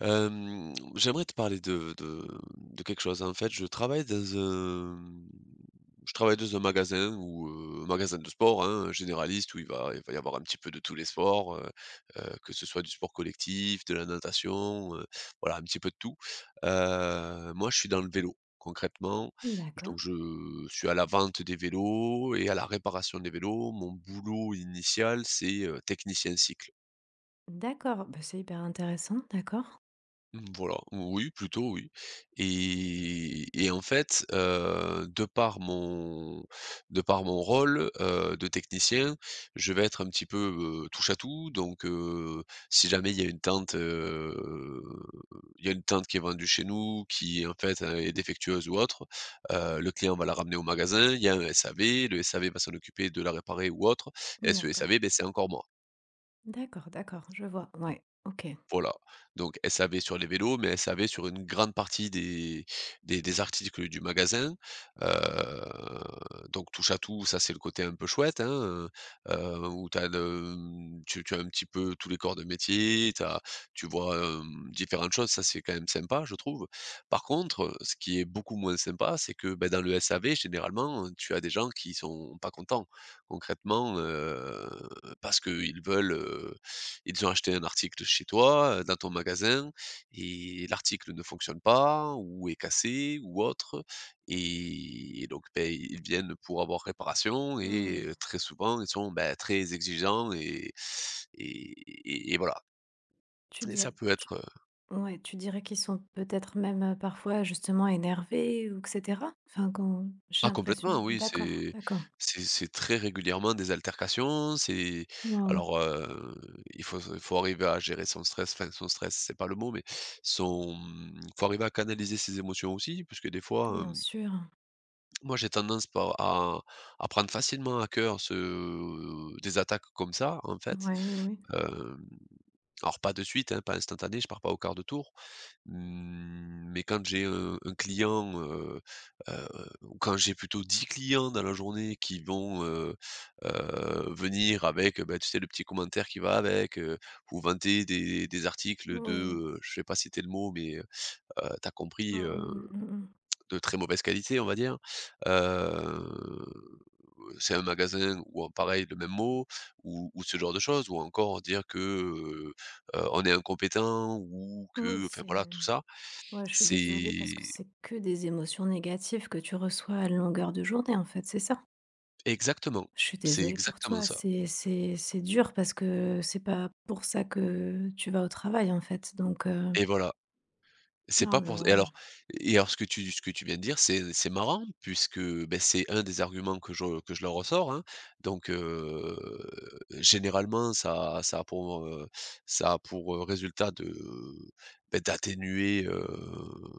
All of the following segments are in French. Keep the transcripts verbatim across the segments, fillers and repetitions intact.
Hem, j'aimerais te parler de de de quelque chose. En fait, je travaille dans un je travaille dans un magasin où, heu, magasin de sport, hein, généraliste où il va il va y avoir un petit peu de tous les sports, heu heu, que ce soit du sport collectif, de la natation, heu, voilà un petit peu de tout. Heu, moi, je suis dans le vélo concrètement, D'accord. donc je suis à la vente des vélos et à la réparation des vélos. Mon boulot initial, c'est, heu, technicien cycle. D'accord, bah, c'est hyper intéressant, d'accord. Mmh, voilà, oui, plutôt oui et et en fait, heu, de par mon de par mon rôle, heu, de technicien, je vais être un petit peu, heu, touche à tout, donc heu, si jamais il y a une tente, heu, il y a une tente qui est vendue chez nous qui en fait, heu, est défectueuse ou autre, heu, le client va la ramener au magasin, il y a un S A V, le S A V va s'en occuper de la réparer ou autre, et ce D'accord, S A V, ben c'est encore moi. d'accord, d'accord, je vois, ouais, OK. Voilà, donc S A V sur les vélos, mais S A V sur une grande partie des des des articles du magasin. Heu, donc touche à tout, ça c'est le côté un peu chouette, hein, heu où tu as le, mmh, tu tu as un petit peu tous les corps de métier, t'as tu vois, hem, différentes choses, ça c'est quand même sympa, je trouve. Par contre, ce qui est beaucoup moins sympa, c'est que, beh, dans le S A V généralement, tu as des gens qui sont pas contents. Concrètement, heu, parce qu'ils veulent, heu ils ont acheté un article chez toi, heu, dans ton magasin, et l'article ne fonctionne pas ou est cassé ou autre, et et donc, beh, ils viennent pour avoir réparation et Mmh. heu, très souvent, ils sont, bah, très exigeants et et et et voilà, Tu et dis, ça peut tu être, ouais, tu dirais qu'ils sont peut-être même, heu, parfois justement énervés ou et cetera? Enfin quand j'ai ah l'impression. complètement oui, D'accord, c'est d'accord. c'est c'est très régulièrement des altercations, c'est Waouh, alors, heu, il faut il faut arriver à gérer son stress, enfin son stress, c'est pas le mot, mais son, il faut arriver à canaliser ses émotions aussi, puisque des fois, bien hem, sûr. moi j'ai tendance par à à prendre facilement à cœur ce des attaques comme ça en fait. Ouais, oui, oui. Hem, alors pas de suite, hein, pas instantané, je pars pas au quart de tour. Mmh, mais quand j'ai, heu, un client, heu heu, ou quand j'ai plutôt dix clients dans la journée qui vont, heu heu, venir avec, bah, tu sais, le petit commentaire qui va avec, heu, ou vanter des des articles de, Oui. heu, je vais pas citer le mot, mais, heu, tu Mmh compris, mh, heu, mmh, mmh, mmh. de très mauvaise qualité, on va dire. Heu, c'est un magasin ou en pareil, le même mot ou ou ce genre de choses, ou encore dire que, heu on est incompétent, ou Oui, que, enfin c'est voilà, tout ça. ouais, je suis désolée parce que C'est c'est que des émotions négatives que tu reçois à longueur de journée en fait, c'est ça? exactement, Je suis c'est désolée pour exactement toi, ça, c'est c'est c'est dur parce que c'est pas pour ça que tu vas au travail, en fait, donc heu, et voilà. C'est oh pas là pour, et là, alors, et alors ce que tu ce que tu viens de dire, c'est c'est marrant puisque, beh, c'est un des arguments que je que je leur ressors, hein. Donc, heu, généralement ça ça a pour, heu, ça a pour, heu, résultat de, beh, d'atténuer, heu,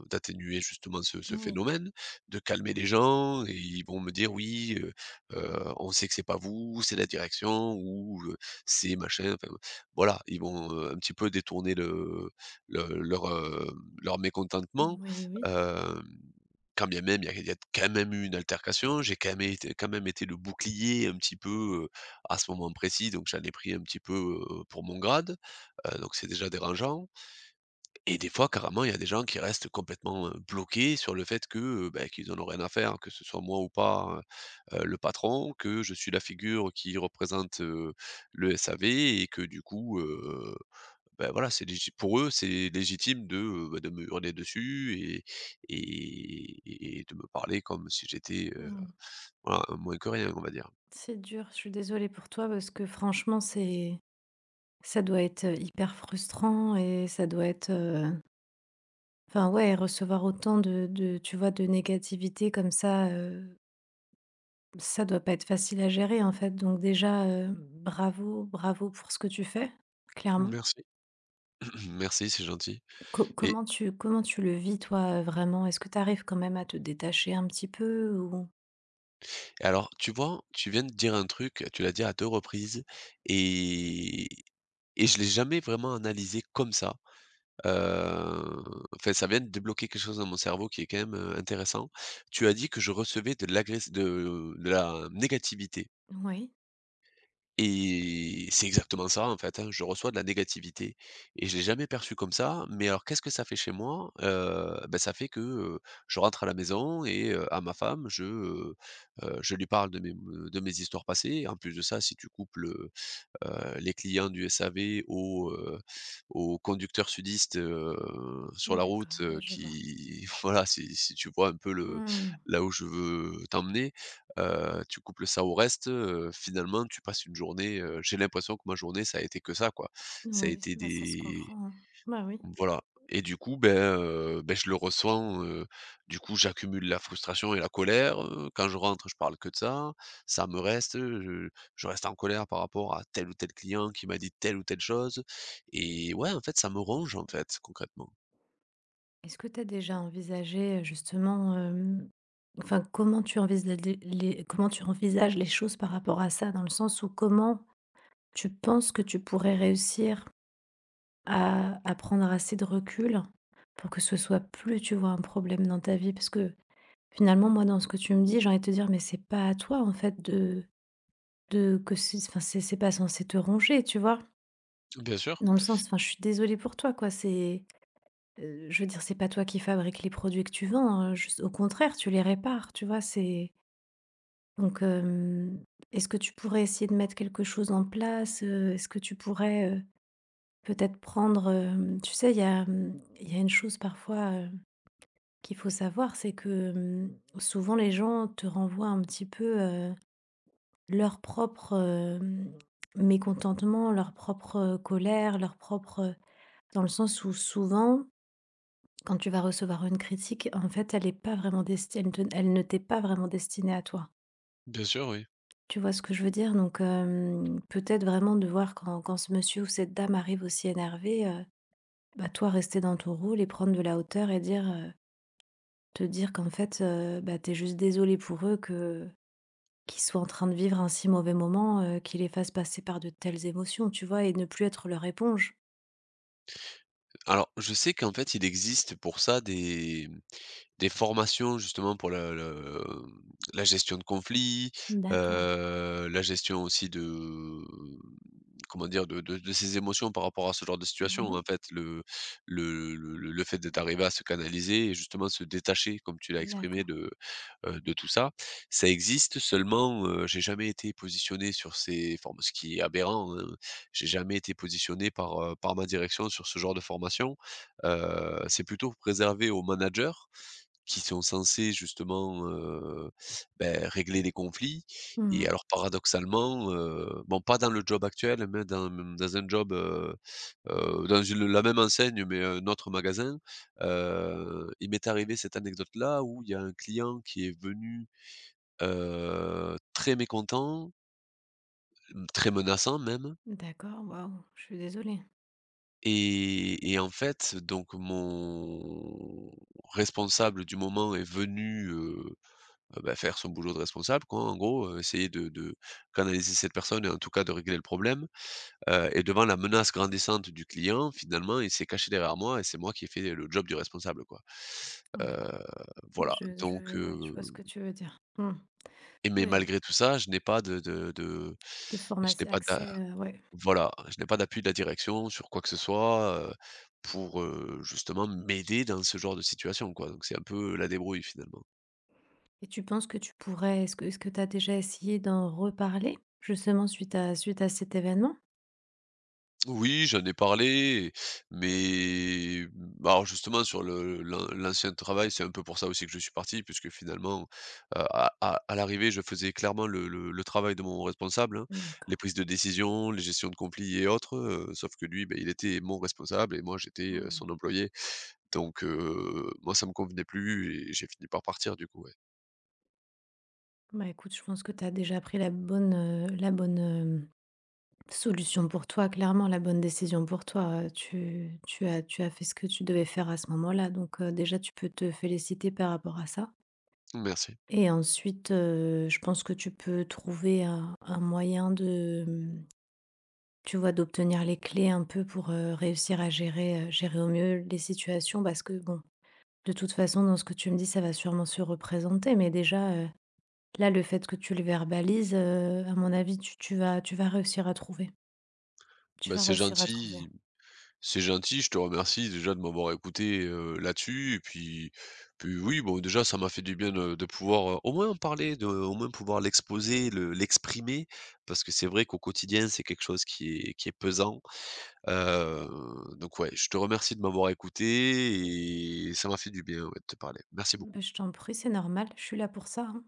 d'atténuer justement ce ce oui. phénomène, de calmer les gens, et ils vont me dire: «Oui, heu heu, on sait que c'est pas vous, c'est la direction» ou, heu, «C'est machin», enfin, voilà, ils vont, heu, un petit peu détourner le le leur, heu, leur Oui, mécontentement, oui, oui. heu, quand bien même il y a il y a quand même eu une altercation, j'ai quand même été quand même été le bouclier un petit peu, heu, à ce moment précis, donc j'en ai pris un petit peu, heu, pour mon grade, heu, donc c'est déjà dérangeant, et des fois carrément il y a des gens qui restent complètement, heu, bloqués sur le fait que, heu, bah, qu'ils en ont rien à faire, que ce soit moi ou pas, heu, le patron, que je suis la figure qui représente, heu, le S A V, et que du coup, ben voilà, c'est légi pour eux, c'est légitime de, heu, bah, de me hurler dessus, et et et de me parler comme si j'étais, heu, Mmh. voilà, un moins que rien, on va dire. C'est dur, je suis désolée pour toi parce que franchement, c'est ça doit être, euh, hyper frustrant et ça doit être, heu, enfin, ouais, recevoir autant de de tu vois, de négativité comme ça, heu, ça doit pas être facile à gérer, en fait, donc déjà, heu, bravo, bravo pour ce que tu fais, clairement. Merci, merci, c'est gentil, Co et comment tu comment tu le vis toi, heu, vraiment? Est-ce que tu arrives quand même à te détacher un petit peu ou? et alors, tu vois, tu viens de dire un truc, tu l'as dit à deux reprises, et et je l'ai jamais vraiment analysé comme ça. Heu, enfin, ça vient de débloquer quelque chose dans mon cerveau qui est quand même, heu, intéressant. Tu as dit que je recevais de l'agress de de la négativité. Oui, Et c'est exactement ça, en fait, hein. Je reçois de la négativité, et je l'ai jamais perçu comme ça. Mais alors, qu'est-ce que ça fait chez moi? Heu, bah, ça fait que, heu, je rentre à la maison, et heu, à ma femme, je, heu heu, je lui parle de mes de mes histoires passées. En plus de ça, si tu couples, heu heu, les clients du S A V aux, heu, aux conducteurs sudistes, heu, sur la d'accord, route, ouais, heu, je vois. qui voilà, si si tu vois un peu le Mmh. là où je veux t'emmener, heu, tu couples ça au reste, heu, finalement tu passes une journée, heu, j'ai l'impression que ma journée ça a été que ça, quoi. Ça a Oui, été bah, ça se des comprend, hein. Bah, oui. voilà, et du coup, ben, heu, ben, je le ressens, heu, du coup, j'accumule la frustration et la colère, heu, quand je rentre, je parle que de ça, ça me reste, je je reste en colère par rapport à tel ou tel client qui m'a dit telle ou telle chose, et ouais, en fait, ça me ronge, en fait, concrètement. Est-ce que tu as déjà envisagé, heu, justement, hem, enfin, comment tu envisages les les comment tu envisages les choses par rapport à ça? Dans le sens où comment tu penses que tu pourrais réussir à à prendre assez de recul pour que ce soit plus, tu vois, un problème dans ta vie? Parce que finalement, moi, dans ce que tu me dis, j'ai envie de te dire, mais c'est pas à toi, en fait, de de que c'est enfin, c'est c'est pas censé te ronger, tu vois? Bien sûr, Dans le sens, enfin, je suis désolée pour toi, quoi. C'est, heu, je veux dire, c'est pas toi qui fabrique les produits que tu vends, heu, juste au contraire, tu les répares, tu vois? C'est donc, hem, est-ce que tu pourrais essayer de mettre quelque chose en place, heu? Est-ce que tu pourrais, heu, peut-être prendre, hem, tu sais, il y a, hem, il y a une chose parfois, heu, qu'il faut savoir, c'est que, hem, souvent les gens te renvoient un petit peu, heu leur propre, hem, mécontentement, leur propre, heu, colère, leur propre, heu dans le sens où souvent, quand tu vas recevoir une critique, en fait, elle est pas vraiment desti elle te elle ne t'est pas vraiment destinée à toi. bien sûr, oui. Tu vois ce que je veux dire? Donc hem, peut-être vraiment de voir quand quand ce monsieur ou cette dame arrive aussi énervé, heu, bah, toi rester dans ton rôle et prendre de la hauteur et dire, heu te dire qu'en fait, heu, bah, t'es juste désolé pour eux que qu'ils soient en train de vivre un si mauvais moment, heu, qui les fasse passer par de telles émotions, tu vois? Et ne plus être leur éponge. Alors, je sais qu'en fait, il existe pour ça des, des formations justement pour le, le- la gestion de conflits, D'accord. euh, la gestion aussi de comment dire de, de, de ses émotions par rapport à ce genre de situation. Mmh. En fait, le le, le, le- le fait d'être arrivé à se canaliser et justement se détacher, comme tu l'as exprimé, D'accord. de, euh, de tout ça, ça existe. Seulement, euh, j'ai jamais été positionné sur ces formes, ce qui est aberrant, hein. J'ai jamais été positionné par, heu, par ma direction sur ce genre de formation. Heu, c'est plutôt préservé aux managers qui sont censés justement, heu, beh, régler les conflits, et Mmh. alors paradoxalement, heu, bon pas dans le job actuel, mais dans dans un job, heu heu, dans une la même enseigne mais un autre magasin, heu, il m'est arrivé cette anecdote-là où il y a un client qui est venu, heu, très mécontent, mmh, très menaçant même. D'accord, waouh, je suis désolée. Et et en fait, donc mon responsable du moment est venu, heu, ah bah, faire son boulot de responsable quoi, en gros, heu, essayer de de canaliser cette personne et en tout cas de régler le problème, heu et devant la menace grandissante du client, finalement, il s'est caché derrière moi et c'est moi qui ai fait le job du responsable, quoi. Oui. Heu, Ouais, voilà je je donc ouais, je heu vois ce que tu veux dire. Mmh. et mais Oui, malgré tout ça, je n'ai pas de de de de je n'ai formation pas d'a accès, heu, ouais. voilà, je n'ai pas d'appui de la direction sur quoi que ce soit, heu, pour, heu, justement m'aider dans ce genre de situation, quoi. Donc c'est un peu la débrouille finalement. Et tu penses que tu pourrais est-ce que est-ce que tu as déjà essayé d'en reparler? Justement suite à suite à cet événement? Oui, j'en ai parlé, mais mmh, alors justement sur le l'an l'ancien travail, c'est un peu pour ça aussi que je suis parti puisque finalement, heu, à à à l'arrivée, je faisais clairement le le le travail de mon responsable, hein. Les D'accord. prises de décision, les gestions de conflits et autres, heu, sauf que lui, beh, il était mon responsable et moi j'étais, heu, Mmh. son employé. Donc heu, moi ça me convenait plus et j'ai fini par partir du coup, ouais. Bah, écoute, je pense que tu as déjà pris la bonne, heu, la bonne, hem, solution pour toi, clairement la bonne décision pour toi, heu, tu tu as tu as fait ce que tu devais faire à ce moment-là, donc heu, déjà tu peux te féliciter par rapport à ça Merci. et ensuite, heu, je pense que tu peux trouver un un moyen de, mmh, tu vois, d'obtenir les clés un peu pour, heu, réussir à gérer, heu, gérer au mieux les situations parce que bon, de toute façon dans ce que tu me dis, ça va sûrement se représenter mais déjà, heu, là le fait que tu le verbalises, heu, à mon avis tu tu vas tu vas réussir à trouver, tu Bah, vas c'est réussir à trouver. gentil, c'est gentil, je te remercie déjà de m'avoir écouté, heu, là-dessus, et puis puis oui, bon déjà ça m'a fait du bien de de pouvoir, heu, au moins en parler, de au moins pouvoir l'exposer, le l'exprimer, parce que c'est vrai qu'au quotidien, c'est quelque chose qui est qui est pesant. Heu, donc ouais, je te remercie de m'avoir écouté, et ça m'a fait du bien, ouais, de te parler. Merci Beh, beaucoup. je t'en prie, c'est normal, je suis là pour ça, hein.